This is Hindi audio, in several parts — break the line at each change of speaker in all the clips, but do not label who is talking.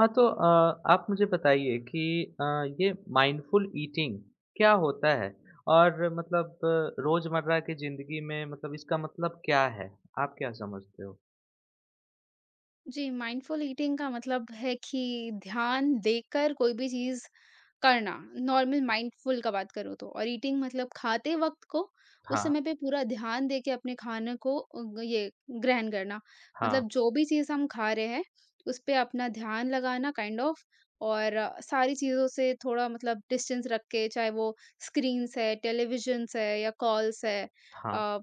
हाँ, तो आप मुझे बताइए कि अ, ये माइंडफुल ईटिंग क्या होता है? और मतलब रोज़मर्रा की ज़िंदगी में मतलब इसका मतलब क्या है? आप क्या समझते हो?
जी, माइंडफुल ईटिंग का मतलब है कि ध्यान देकर कोई भी चीज़ करना, नॉर्मल माइंडफुल का बात करो तो और ईटिंग मतलब खाते वक़्त को उस
हाँ,
समय पे पूरा ध्यान दे के अपने खाने को ये ग्रहण करना।
हाँ,
मतलब जो भी चीज़ हम खा रहे हैं, उस पे अपना ध्यान लगाना काइंड ऑफ और सारी चीज़ों से थोड़ा मतलब डिस्टेंस रख के, चाहे वो स्क्रीन्स है, टेलीविज़न्स है या कॉल्स है
हाँ,
अ,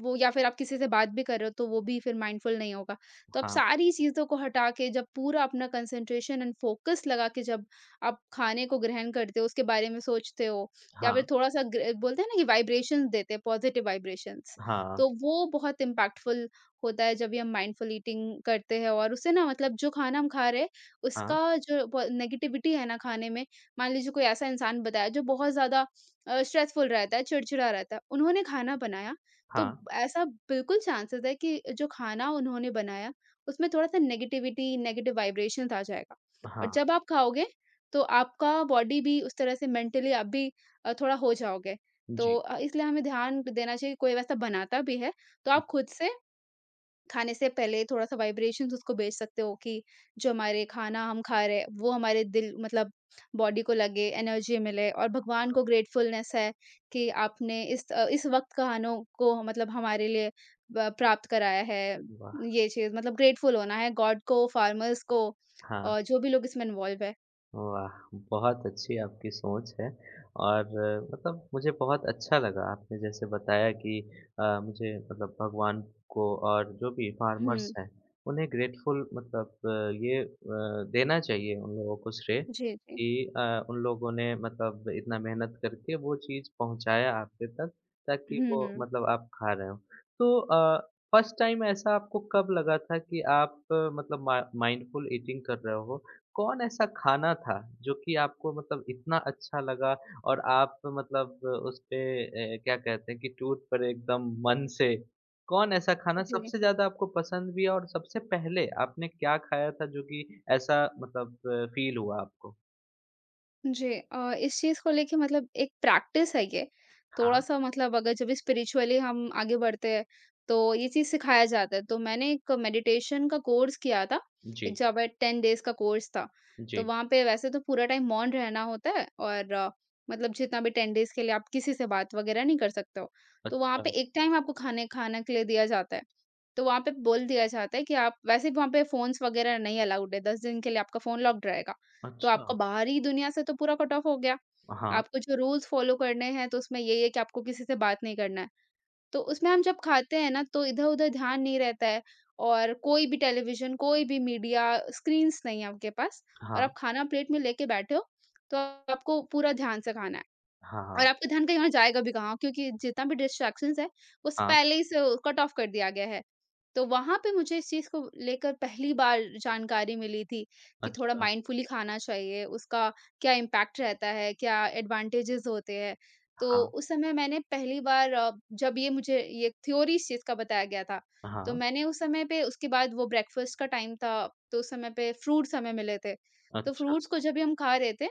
वो या फिर आप किसी से बात भी कर रहे हो तो वो भी फिर माइंडफुल नहीं होगा। तो आप
हाँ,
सारी चीज़ों को हटा के जब पूरा अपना कंसंट्रेशन एंड फ़ोकस लगा के जब आप खाने को ग्रहण करते हो, उसके बारे में सोचते हो या
हाँ,
फिर थोड़ा-सा ग्र बोलते हैं ना कि वाइब्रेशंस देते हैं, पॉज़िटिव वाइब्रेशंस।
हाँ,
तो वो बहुत इम्पैक्टफुल होता है जब भी हम माइंडफुल ईटिंग करते हैं और उससे ना मतलब जो खाना हम खा रहे हैं,
हाँ,
उसका जो प नेगेटिविटी है ना खाने में, मान लीजिए कोई ऐसा इंसान बताया जो बहुत ज़्यादा स्ट्रेसफुल रहता है, चिड़चिड़ा रहता है, उन्होंने खाना बनाया तो
हाँ,
ऐसा बिल्कुल चांसेस है कि जो खाना उन्होंने बनाया उसमें थोड़ा-सा नेगेटिविटी, नेगेटिव वाइब्रेशंस आ जाएगा और
हाँ,
जब आप खाओगे तो आपका बॉडी भी उस तरह से मेंटली आप भी थोड़ा हो जाओगे। तो
जी,
इसलिए हमें ध्यान देना चाहिए कोई वैसा बनाता भी है तो आप खुद से खाने से पहले थोड़ा-सा वाइब्रेशंस उसको भेज सकते हो कि जो हमारे खाना हम खा रहे हैं, वो हमारे दिल मतलब बॉडी को लगे, एनर्जी मिले और भगवान को ग्रेटफुलनेस है कि आपने इस इस वक़्त खानों को मतलब हमारे लिए ब प्राप्त कराया है।
वाह!
ये चीज़ मतलब ग्रेटफुल होना है गॉड को, फार्मर्स को
हाँ।
और जो भी लोग इसमें इन्वॉल्व है।
वाह! बहुत अच्छी आपकी सोच है और मतलब मुझे बहुत अच्छा लगा, आपने जैसे बताया कि मुझे मतलब भगवान को और जो भी
हुँ।
फार्मर्स हैं, उन्हें ग्रेटफुल मतलब ये देना चाहिए उन लोगों को श्रेय
जी, जी।
कि उन लोगों ने मतलब इतना मेहनत करके वो चीज़ पहुँचाया आपके तक, ताकि वो
हुँ।
मतलब आप खा रहे हो। तो फर्स्ट टाइम ऐसा आपको कब लगा था कि आप मतलब मा माइंडफुल ईटिंग कर रहे हो, कौन ऐसा खाना था जो कि आपको मतलब इतना अच्छा लगा और आप मतलब उसपे क्या कहते हैं कि टूट पड़े एकदम मन से? कौन ऐसा खाना
जी।
सबसे ज़्यादा आपको पसंद भी है और सबसे पहले आपने क्या खाया था जो कि ऐसा मतलब फ़ील हुआ आपको?
जी इस चीज़ को लेके मतलब एक प्रैक्टिस है ये।
हाँ।
थोड़ा-सा मतलब अगर जब स्पिरिचुअली हम आगे बढ़ते हैं, तो ये चीज़ सिखाया जाता है। तो मैंने एक मेडिटेशन का कोर्स किया था, एक
जी,
जब 10 डेज़ का कोर्स था। तो
जी।
वहाँ पे वैसे तो पूरा टाइम मौन रहना होता है और मतलब जितना भी 10 डेज़ के लिए आप किसी से बात वगैरह नहीं कर सकते हो। तो वहाँ
अच्छा,
पे एक टाइम आपको खाने खाना के लिए दिया जाता है। तो वहाँ पे बोल दिया जाता है कि आप वैसे वहाँ पे फ़ोन्स वगैरह नहीं अलाउड है, 10 दिन के लिए आपका फ़ोन लॉक्ड रहेगा। तो
अच्छा।
आपका बाहरी दुनिया से तो पूरा कट ऑफ हो गया।
हाँ,
आपको जो रूल्स फ़ॉलो करने हैं तो उसमें ये-ये कि आपको किसी से बात नहीं करना है। तो उसमें हम जब खाते हैं ना तो इधर-उधर ध्यान नहीं रहता है और कोई भी टेलीविज़न, कोई भी मीडिया, स्क्रीन्स नहीं है आपके पास और
हाँ,
आप खाना प्लेट में लेके बैठे हो, तो आपको पूरा ध्यान से खाना है।
हाँ,
और
हाँ,
आपका ध्यान कहीं और जाएगा भी कहाँ क्योंकि जितना भी डिस्ट्रैक्शंस है, उस
हाँ,
पहले ही से कट ऑफ कर दिया गया है। तो वहाँ पे मुझे इस चीज़ को लेकर पहली बार जानकारी मिली थी कि थोड़ा
अच्छा,
माइंडफुली खाना चाहिए, उसका क्या इम्पैक्ट रहता है, क्या एडवांटेजेस होते हैं। तो
हाँ,
उस समय मैंने पहली बार जब ये मुझे ये थ्योरी इस चीज़ का बताया गया था, तो
हाँ,
मैंने उस समय पे उसके बाद वो ब्रेकफ़ास्ट का टाइम था, तो उस समय पे फ्रूट्स हमें मिले थे। तो
अच्छा,
फ्रूट्स को जब भी हम खा रहे थे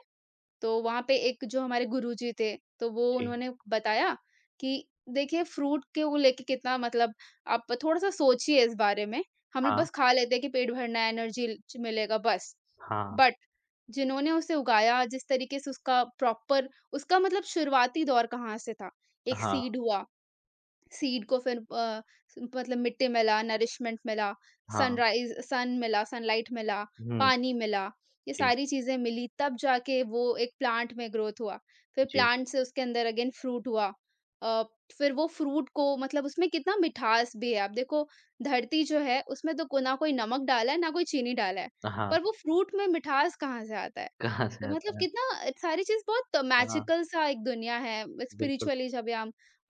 तो वहाँ पे एक जो हमारे गुरुजी थे, तो वो
जी,
उन्होंने बताया कि देखिए फ्रूट को लेके कितना मतलब आप थोड़ा-सा सोचिए इस बारे में। हम लोग
हाँ,
बस खा लेते हैं कि पेट भरना है, एनर्जी च मिलेगा बस।
हाँ,
बट जिन्होंने उसे उगाया, जिस तरीके से उसका प्रॉपर उसका मतलब शुरुआती दौर कहाँ से था? एक
हाँ,
सीड हुआ सीड को फिर मतलब मिट्टी मिला, नरिशमेंट मिला,
हाँ,
सनराइज़ सन मिला, सनलाइट मिला,
हुँ,
पानी मिला, ये
जी,
सारी चीज़ें मिली तब जाके वो एक प्लांट में ग्रोथ हुआ। फिर
जी,
प्लांट से उसके अंदर अगेन फ्रूट हुआ। अ, फिर वो फ्रूट को मतलब उसमें कितना मिठास भी है, आप देखो धरती जो है उसमें तो को ना कोई नमक डाला है, ना कोई चीनी डाला है,
हाँ।
पर वो फ्रूट में मिठास कहाँ से आता है?
कहाँ से
तो मतलब
आता है?
कितना सारी चीज़ बहुत
हाँ,
मैजिकल सा एक दुनिया है
बिल्कुल।
स्पिरिचुअली जब या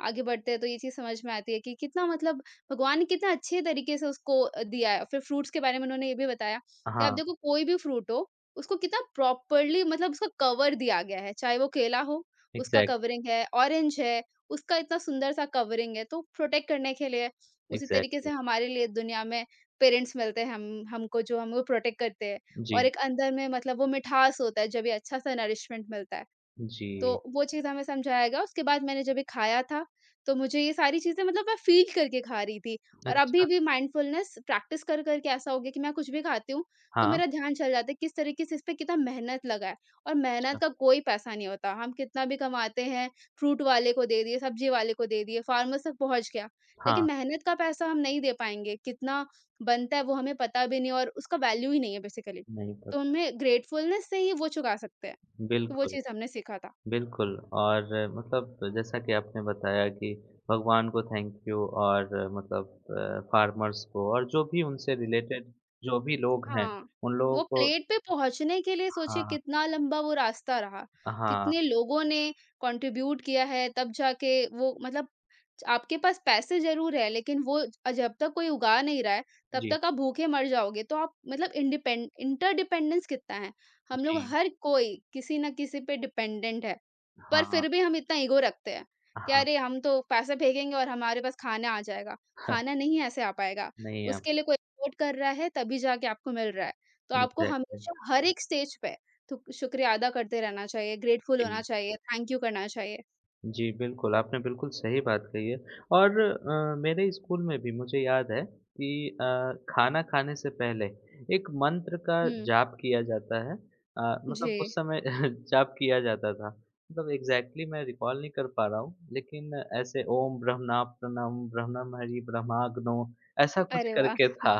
आगे बढ़ते हैं तो ये चीज़ समझ में आती है कि कितना मतलब भगवान ने कितना अच्छे तरीके से उसको दिया है। फिर फ्रूट्स के बारे में उन्होंने ये भी बताया कि आप
हाँ,
देखो कोई भी फ्रूट हो, उसको कितना प्रॉपर्ली मतलब उसका कवर दिया गया है, चाहे वो केला हो, उसका
एग्ज़ैक्ट
कवरिंग है, ऑरेंज है, उसका इतना सुंदर सा कवरिंग है, तो प्रोटेक्ट करने के लिए उसी तरीके से
एग्ज़ैक्टली।
हमारे लिए दुनिया में पेरेंट्स मिलते हैं हम हमको जो हमको प्रोटेक्ट करते हैं और
जी,
एक अंदर में मतलब वो मिठास होता है जब ये अच्छा सा नरिशमेंट मिलता है। तो
जी।
वो चीज़ हमें समझाया गया। उसके बाद मैंने जब ये खाया था, तो मुझे ये सारी चीज़ें मतलब मैं फ़ील करके खा रही थी और अभी
अच्छा।
भी माइंडफुलनेस प्रैक्टिस कर के ऐसा हो गया कि मैं कुछ भी खाती हूँ, तो
हाँ,
मेरा ध्यान चला जाता है किस तरीके से इस पे कितना मेहनत लगा है और
अच्छा।
मेहनत का कोई पैसा नहीं होता। हम कितना भी कमाते हैं, फ्रूट वाले को दे दिए, सब्जी वाले को दे दिए, फार्मर्स तक पहुँच गया,
हाँ,
लेकिन मेहनत का पैसा हम नहीं दे पाएँगे। कितना बनता है वो हमें पता भी नहीं और उसका वैल्यू ही नहीं है बेसिकली।
नहीं
तो
पता।
हमें ग्रेटफुलनेस से ही वो चुका सकते हैं। तो वो
बिल्कुल,
चीज़ हमने सीखा था।
बिल्कुल और मतलब जैसा कि आपने बताया कि भगवान को थैंक यू और मतलब फ़ार्मर्स को और जो भी उनसे रिलेटेड जो भी लोग हैं,
हाँ,
उन लोगों
वो
को।
प्लेट पे पहुँचने के लिए सोचिए
हाँ,
कितना लंबा वो रास्ता रहा,
हाँ।
कितने लोगों ने कंट्रीब्यूट किया है तब जाके वो मतलब आपके पास पैसे ज़रूर है, लेकिन वो जब तक कोई उगा नहीं रहा है, तब
जी,
तक आप भूखे मर जाओगे। तो आप मतलब इंडिपेंड इंटरडिपेंडेंस कितना है। हम लोग
जी।
हर कोई किसी ना किसी पे डिपेंडेंट है, पर
हाँ,
फिर भी हम इतना ईगो रखते हैं कि
हाँ।
अरे हम तो पैसे फेंकेंगे और हमारे पास खाना आ जाएगा। खाना नहीं ऐसे आ पाएगा,
नहीं, आप
उसके लिए कोई एफर्ट कर रहा है तभी जाके आपको मिल रहा है। तो आपको
एग्ज़ैक्टली।
हमेशा हर एक स्टेज पे थु शुक्रिया अदा करते रहना चाहिए, ग्रेटफुल होना
जी।
चाहिए, थैंक यू करना चाहिए।
जी, बिल्कुल, आपने बिल्कुल सही बात कही है और मेरे स्कूल में भी मुझे याद है कि खाना खाने से पहले एक मंत्र का
हुँ,
जाप किया जाता है।
जी।
मतलब उस समय जाप किया जाता था। मतलब एग्ज़ैक्टली मैं रिकॉल नहीं कर पा रहा हूँ, लेकिन ऐसे ओम ब्रह्मणा प्रणम ब्रह्मणम हरि ब्रह्माग्नो ऐसा कुछ
अरे वाह!
करके था।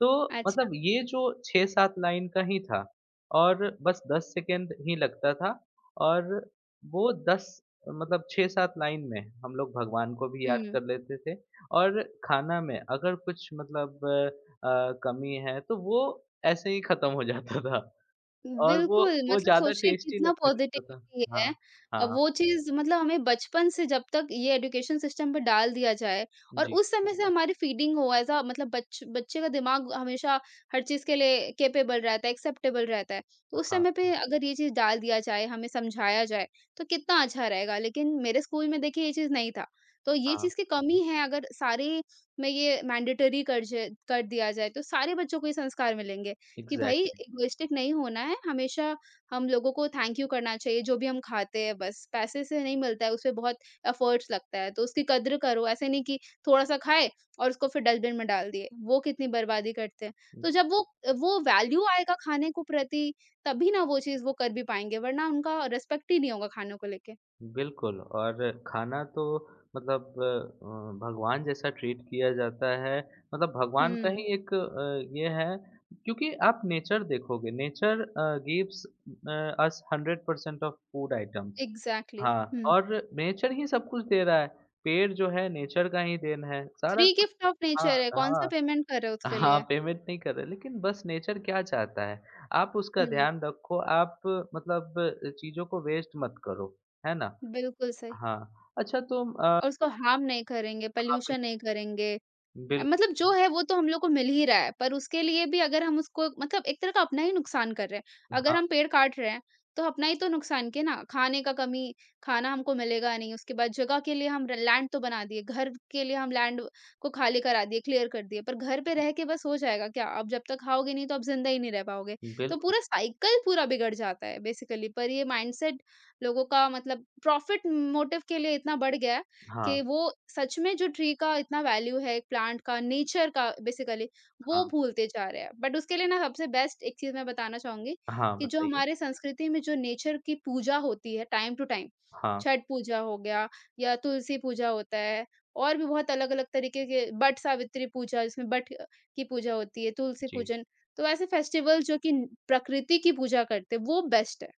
तो
अच्छा।
मतलब ये जो 6-7 लाइन का ही था और बस 10 सेकंड ही लगता था, और वो 10 मतलब 6-7 लाइन में हम लोग भगवान को भी याद
हुँ।
कर लेते थे और खाना में अगर कुछ मतलब कमी है तो वो ऐसे ही खत्म हो जाता था और वो
बिल्कुल,
वो
मतलब
ज़्यादा
सोचिए
टेस्टी
कितना
लगने लगता था।
पॉज़िटिविटी
हाँ,
है।
हाँ।
वो चीज़ मतलब हमें बचपन से जब तक ये एजुकेशन सिस्टम पे डाल दिया जाए और
जी,
उस समय से हमारी फीडिंग हो ऐसा मतलब बच बच्चे का दिमाग हमेशा हर चीज़ के लिए कैपेबल रहता है, एक्सेप्टेबल रहता है। तो उस
हाँ,
समय पे अगर ये चीज़ डाल दिया जाए, हमें समझाया जाए, तो कितना अच्छा रहेगा। लेकिन मेरे स्कूल में देखिए ये चीज़ नहीं था। तो ये
हाँ।
चीज़ की कमी है अगर सारे में ये मैंडेटरी कर दिया जाए, तो सारे बच्चों को ये संस्कार मिलेंगे। कि भाई
एग्ज़ैक्टली।
इगोइस्टिक नहीं होना है, हमेशा हम लोगों को थैंक यू करना चाहिए, जो भी हम खाते हैं बस। पैसे से नहीं मिलता है, उसपे बहुत एफर्ट्स लगता है, तो उसकी कद्र करो, ऐसे नहीं कि थोड़ा-सा खाए और उसको फिर डस्टबिन में डाल दिए, वो कितनी बर्बादी करते हैं। तो जब वो वैल्यू आएगा खाने को प्रति, तभी ना वो चीज़ वो कर भी पाएँगे, वरना उनका रिस्पेक्ट ही नहीं होगा खानों को लेके।
बिल्कुल और खाना तो मतलब भगवान जैसा ट्रीट किया जाता है। मतलब भगवान का
हुँ,
ही एक ये है क्योंकि आप नेचर देखोगे, nature gives us 100% of food items.
Exactly
हाँ,
हुँ।
और नेचर ही सब कुछ दे रहा है। पेड़ जो है नेचर का ही देन है। सारा
फ्री
कुछ
गिफ्ट ऑफ
हाँ,
नेचर है, कौन-सा
हाँ।
पेमेंट कर रहे हो उसके
हाँ,
लिए?
पेमेंट नहीं कर रहे, लेकिन बस नेचर क्या चाहता है, आप उसका
हुँ,
ध्यान रखो, आप मतलब चीज़ों को वेस्ट मत करो, है ना?
बिल्कुल सही।
हाँ, अच्छा तो
और उसको हार्म नहीं करेंगे,
हाँ, बिल
पॉल्यूशन नहीं करेंगे।
बिल्कुल,
मतलब जो है वो तो हम लोग को मिल ही रहा है, पर उसके लिए भी अगर हम उसको मतलब एक तरह का अपना ही नुकसान कर रहे हैं। अगर हम
हाँ
पेड़ काट रहे हैं, तो अपना ही तो नुकसान के ना। खाने का कमी खाना हमको मिलेगा नहीं, उसके बाद जगह के लिए हम र लैंड तो बना दिए, घर के लिए हम लैंड को खाली करा दिए, क्लियर कर दिए, पर घर
जी,
पे रह के बस हो जाएगा क्या? आप जब तक खाओगे नहीं तो आप ज़िंदा ही नहीं रह पाओगे। तो
बिल्कुल,
पूरा साइकिल पूरा बिगड़ जाता है बेसिकली, पर ये माइंडसेट लोगों का मतलब प्रॉफ़िट मोटिव के लिए इतना बढ़ गया है कि
हाँ,
वो सच में जो ट्री का इतना वैल्यू है, एक प्लांट का, नेचर का बेसिकली
हाँ,
वो भूलते जा रहे हैं। बट उसके लिए ना सबसे बेस्ट एक चीज़ मैं बताना चाहूँगी
हाँ
कि जो
बताइए?
हमारे संस्कृति में जो नेचर की पूजा होती है टाइम टू टाइम,
हाँ,
छठ पूजा हो गया या तुलसी पूजा होता है और भी बहुत अलग-अलग तरीके के बट सावित्री पूजा जिसमें बट की पूजा होती है, तुलसी
जी,
पूजन। तो ऐसे फेस्टिवल जो कि प्रकृति की पूजा करते हैं वो बेस्ट है।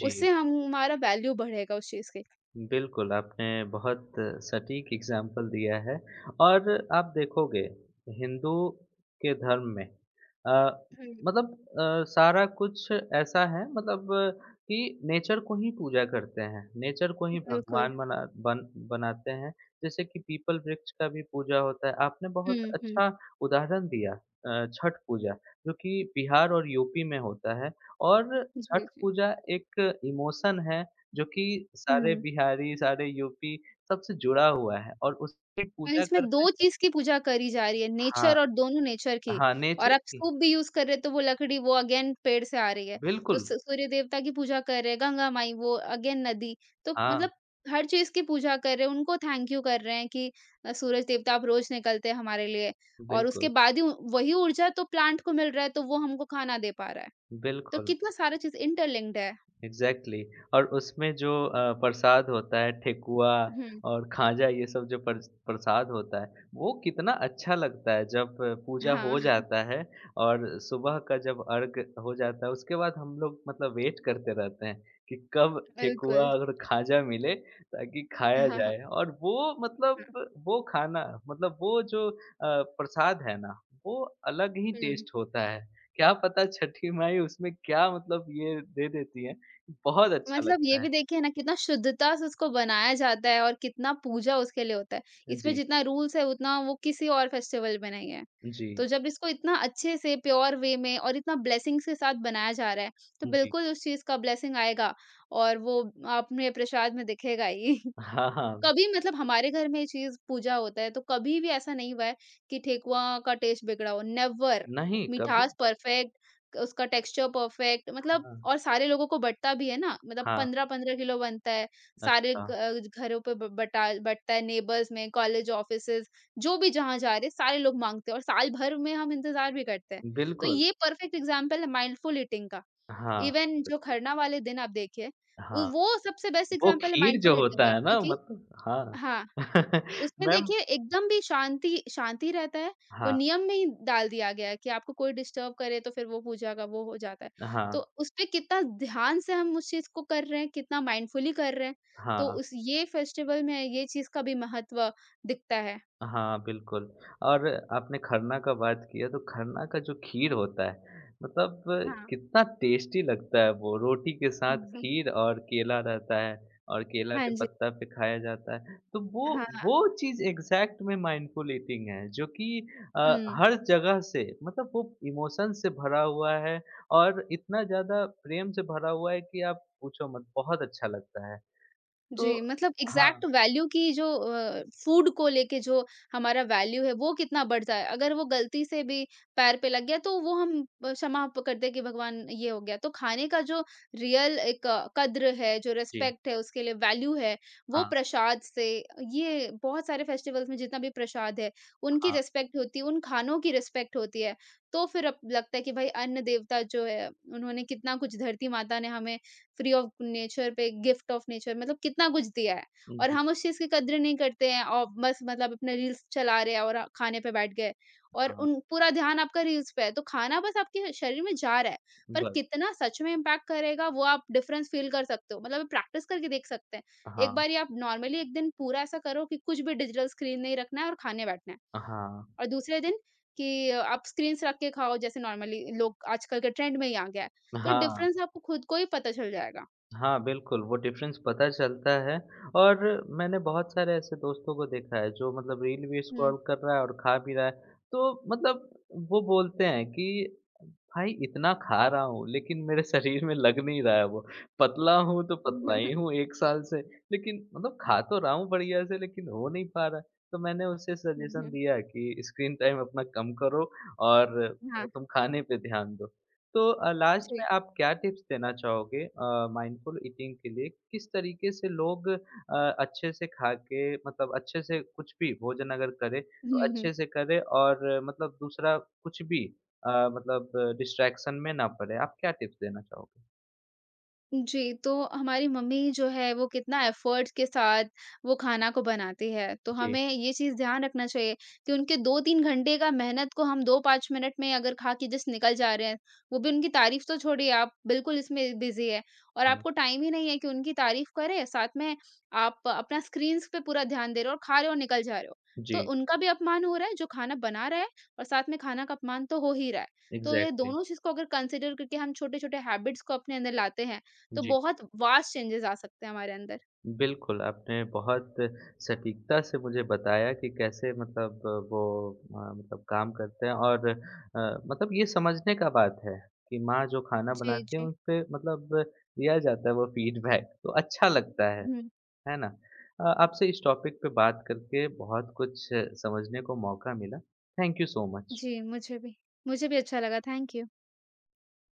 जी।
उससे हम हमारा वैल्यू बढ़ेगा उस चीज़ के।
बिल्कुल, आपने बहुत सटीक एग्ज़ाम्पल दिया है और आप देखोगे हिंदू के धर्म में अ,
हुँ,
मतलब सारा कुछ ऐसा है मतलब कि नेचर को ही पूजा करते हैं, नेचर को ही
बिल्कुल।
भगवान बन बनाते हैं, जैसे कि पीपल वृक्ष का भी पूजा होता है। आपने बहुत
हुँ, हुँ।
अच्छा उदाहरण दिया, छठ पूजा जो कि बिहार और यूपी में होता है और
जी,
छठ
जी।
पूजा एक इमोशन है जो कि सारे
हुँ।
बिहारी, सारे यूपी सबसे जुड़ा हुआ है और उसकी
और
पूजा
इसमें
करते हैं।
2 चीज़ की पूजा करी जा रही है,
हाँ,
नेचर और दोनों नेचर की।
हाँ, नेचर
और आप
की
स्तूप भी यूज़ कर रहे हो तो वो लकड़ी वो अगेन पेड़ से आ रही है। तो
बिल्कुल।
स सूर्य देवता की पूजा कर रहे हैं, गंगा माई वो अगेन नदी। तो
हाँ,
मतलब हर चीज़ की पूजा कर रहे हैं, उनको थैंक यू कर रहे हैं कि सूरज देवता आप रोज़ निकलते हैं हमारे लिए। और उसके
बिल्कुल,
बाद ही वही ऊर्जा तो प्लांट को मिल रहा है तो वो हमको खाना दे पा रहा है। तो
बिल्कुल।
कितना सारा चीज़ इंटरलिंक्ड है।
एग्ज़ैक्टली और उसमें जो प्रसाद होता है, ठेकुआ
हुँ।
और खाजा, ये सब जो प्रसाद होता है, वो कितना अच्छा लगता है जब पूजा हो
हाँ,
जाता है और सुबह का जब अर्घ हो जाता है, उसके बाद हम लोग मतलब वेट करते रहते हैं कि कब ठेकुआ
बिल्कुल।
और खाजा मिले ताकि खाया
हाँ, हाँ,
जाए, और वो
हाँ।
मतलब वो खाना मतलब वो जो प्रसाद है ना, वो अलग ही
हुँ।
टेस्ट होता है। क्या पता छठी माई उसमें क्या मतलब ये दे देती है, बहुत अच्छा
मतलब ये
लगता है।
भी देखिए ना कितना शुद्धता से उसको बनाया जाता है और कितना पूजा उसके लिए होता है। इसमें
जी,
जितना रूल्स है उतना वो किसी और फेस्टिवल में नहीं है।
जी,
तो जब इसको इतना अच्छे से प्योर वे में और इतना ब्लेसिंग्स के साथ बनाया जा रहा है, तो
जी।
बिल्कुल उस चीज़ का ब्लेसिंग आएगा और वो अपने प्रसाद में दिखेगा ही।
हाँ, हाँ।
कभी मतलब हमारे घर में ये चीज़ पूजा होता है, तो कभी भी ऐसा नहीं हुआ है कि ठेकुआ का टेस्ट बिगड़ा हो, नेवर
नहीं, कभी
मिठास परफेक्ट, उसका टेक्सचर परफेक्ट मतलब
हाँ,
और सारे लोगों को बँटता भी है ना, मतलब
हाँ,
15-15 किलो बनता है, सारे
अच्छा।
घ अ, घरों पे ब बँटा बँटता है, नेबर्स में, कॉलेज ऑफिसेज़, जो भी जहाँ जा रहे, सारे लोग माँगते हैं और साल भर में हम इंतज़ार भी करते हैं। तो
बिल्कुल,
ये परफेक्ट एग्ज़ाम्पल है माइंडफुल ईटिंग का।
हाँ,
इवन जो खरना वाले दिन आप देखिए, उ
हाँ।
वो सबसे बेस्ट
वो
एग्ज़ाम्पल है
खीर जो
माइंडफुल ईटिंग
होता
का
है ना,
क्योंकि
मतलब हाँ।
हाँ, उसमें
मैम
देखिए एकदम भी शांति शांति रहता है, वो
हाँ,
नियम में ही डाल दिया गया है कि आपको कोई डिस्टर्ब करे तो फिर वो पूजा का वो हो जाता है।
हाँ,
तो उसपे कितना ध्यान से हम उस चीज़ को कर रहे हैं, कितना माइंडफुली कर रहे हैं, तो
हाँ।
उस ये फेस्टिवल में ये चीज़ का भी महत्व दिखता है।
हाँ, बिल्कुल और आपने खरना का बात किया तो खरना का जो खीर होता है, मतलब
हाँ।
कितना टेस्टी लगता है वो, रोटी के साथ
हम्म,
खीर और केला रहता है और केला
हाँ
के
जी।
पत्ता पे खाया जाता है। तो वो
हाँ,
वो चीज़ एग्ज़ैक्ट में माइंडफुल ईटिंग है जो कि
हुँ।
हर जगह से मतलब वो इमोशन से भरा हुआ है और इतना ज़्यादा प्रेम से भरा हुआ है कि आप पूछो मत, बहुत अच्छा लगता है।
जी,
तो
मतलब
हाँ,
एग्ज़ैक्ट वैल्यू की जो फूड को लेके जो हमारा वैल्यू है, वो कितना बढ़ जाए। अगर वो गलती से भी पैर पे लग गया, तो वो हम क्षमा प करते हैं कि भगवान ये हो गया। तो खाने का जो रियल एक कद्र है, जो
जी।
रिस्पेक्ट है, उसके लिए वैल्यू है, वो
हाँ,
प्रसाद से ये बहुत सारे फेस्टिवल्स में जितना भी प्रसाद है, उनकी
हाँ।
रिस्पेक्ट होती है, उन खानों की रिस्पेक्ट होती है। तो फिर अब लगता है कि भाई अन्न देवता जो है, उन्होंने कितना कुछ धरती माता ने हमें फ्री ऑफ नेचर पे गिफ्ट ऑफ नेचर मतलब कितना कुछ दिया है और
जी,
हम उस चीज की कद्र नहीं करते हैं और बस मतलब अपने रील्स चला रहे हैं और खाने पे बैठ गए और
हाँ,
उन पूरा ध्यान आपका रील्स पे है तो खाना बस आपके शरीर में जा रहा है पर
बस।
कितना सच में इम्पैक्ट करेगा वो आप डिफरेंस फील कर सकते हो मतलब प्रैक्टिस करके देख सकते हैं
हाँ,
एक बार आप नॉर्मली एक दिन पूरा ऐसा करो कि कुछ भी डिजिटल स्क्रीन नहीं रखना है और खाने बैठना है
हाँ,
और दूसरे दिन कि आप स्क्रीन रख के खाओ जैसे नॉर्मली लोग आजकल के ट्रेंड में ही आ गया है तो
हाँ,
डिफरेंस आपको खुद को ही पता चल जाएगा।
हाँ, बिल्कुल वो डिफरेंस पता चलता है और मैंने बहुत सारे ऐसे दोस्तों को देखा है जो मतलब रील भी
हुँ।
स्क्रॉल कर रहा है और खा भी रहा है। तो मतलब वो बोलते हैं कि भाई इतना खा रहा हूँ, लेकिन मेरे शरीर में लग नहीं रहा है वो। पतला हूँ तो पतला ही हूँ 1 साल से, लेकिन मतलब खा तो रहा हूँ बढ़िया से, लेकिन हो नहीं पा रहा है। तो मैंने उसे सजेशन दिया कि स्क्रीन टाइम अपना कम करो और
हाँ,
तुम खाने पे ध्यान दो। तो लास्ट में
जी।
आप क्या टिप्स देना चाहोगे माइंडफुल ईटिंग के लिए? किस तरीके से लोग अच्छे से खा के मतलब अच्छे से कुछ भी भोजन अगर करें, तो
हुँ, हुँ।
अच्छे से करें और मतलब दूसरा कुछ भी मतलब डिस्ट्रैक्शन में ना पड़े। आप क्या टिप्स देना चाहोगे?
जी, तो हमारी मम्मी जो है वो कितना एफ़र्ट्स के साथ वो खाना को बनाती है। तो
जी,
हमें ये चीज़ ध्यान रखना चाहिए कि उनके 2-3 घंटे का मेहनत को हम 2-5 मिनट में अगर खा के जस्ट निकल जा रहे हैं, वो भी उनकी तारीफ़ तो छोड़िए आप बिल्कुल इसमें बिज़ी है और
हाँ।
आपको टाइम ही नहीं है कि उनकी तारीफ़ करें, साथ में आप अपना स्क्रीन्स पे पूरा ध्यान दे रहे हो और खा रहे हो और निकल जा रहे हो। तो
जी,
उनका भी अपमान हो रहा है जो खाना बना रहा है और साथ में खाना का अपमान तो हो ही रहा है। तो ये
एग्ज़ैक्टली।
दोनों चीज़ को अगर कंसीडर करके हम छोटे-छोटे हैबिट्स को अपने अंदर लाते हैं तो
जी,
बहुत वास्ट चेंजेस आ सकते हैं हमारे अंदर।
बिल्कुल, आपने बहुत सटीकता से मुझे बताया कि कैसे मतलब वो मतलब काम करते हैं और मतलब ये समझने का बात है कि माँ जो खाना
जी,
बनाती हैं
जी।
उसपे मतलब दिया जाता है वो फ़ीडबैक तो अच्छा लगता
हुँ।
है ना? आपसे इस टॉपिक पे बात करके बहुत कुछ समझने को मौका मिला। Thank you so much.
जी, मुझे भी। मुझे भी अच्छा लगा, थैंक यू।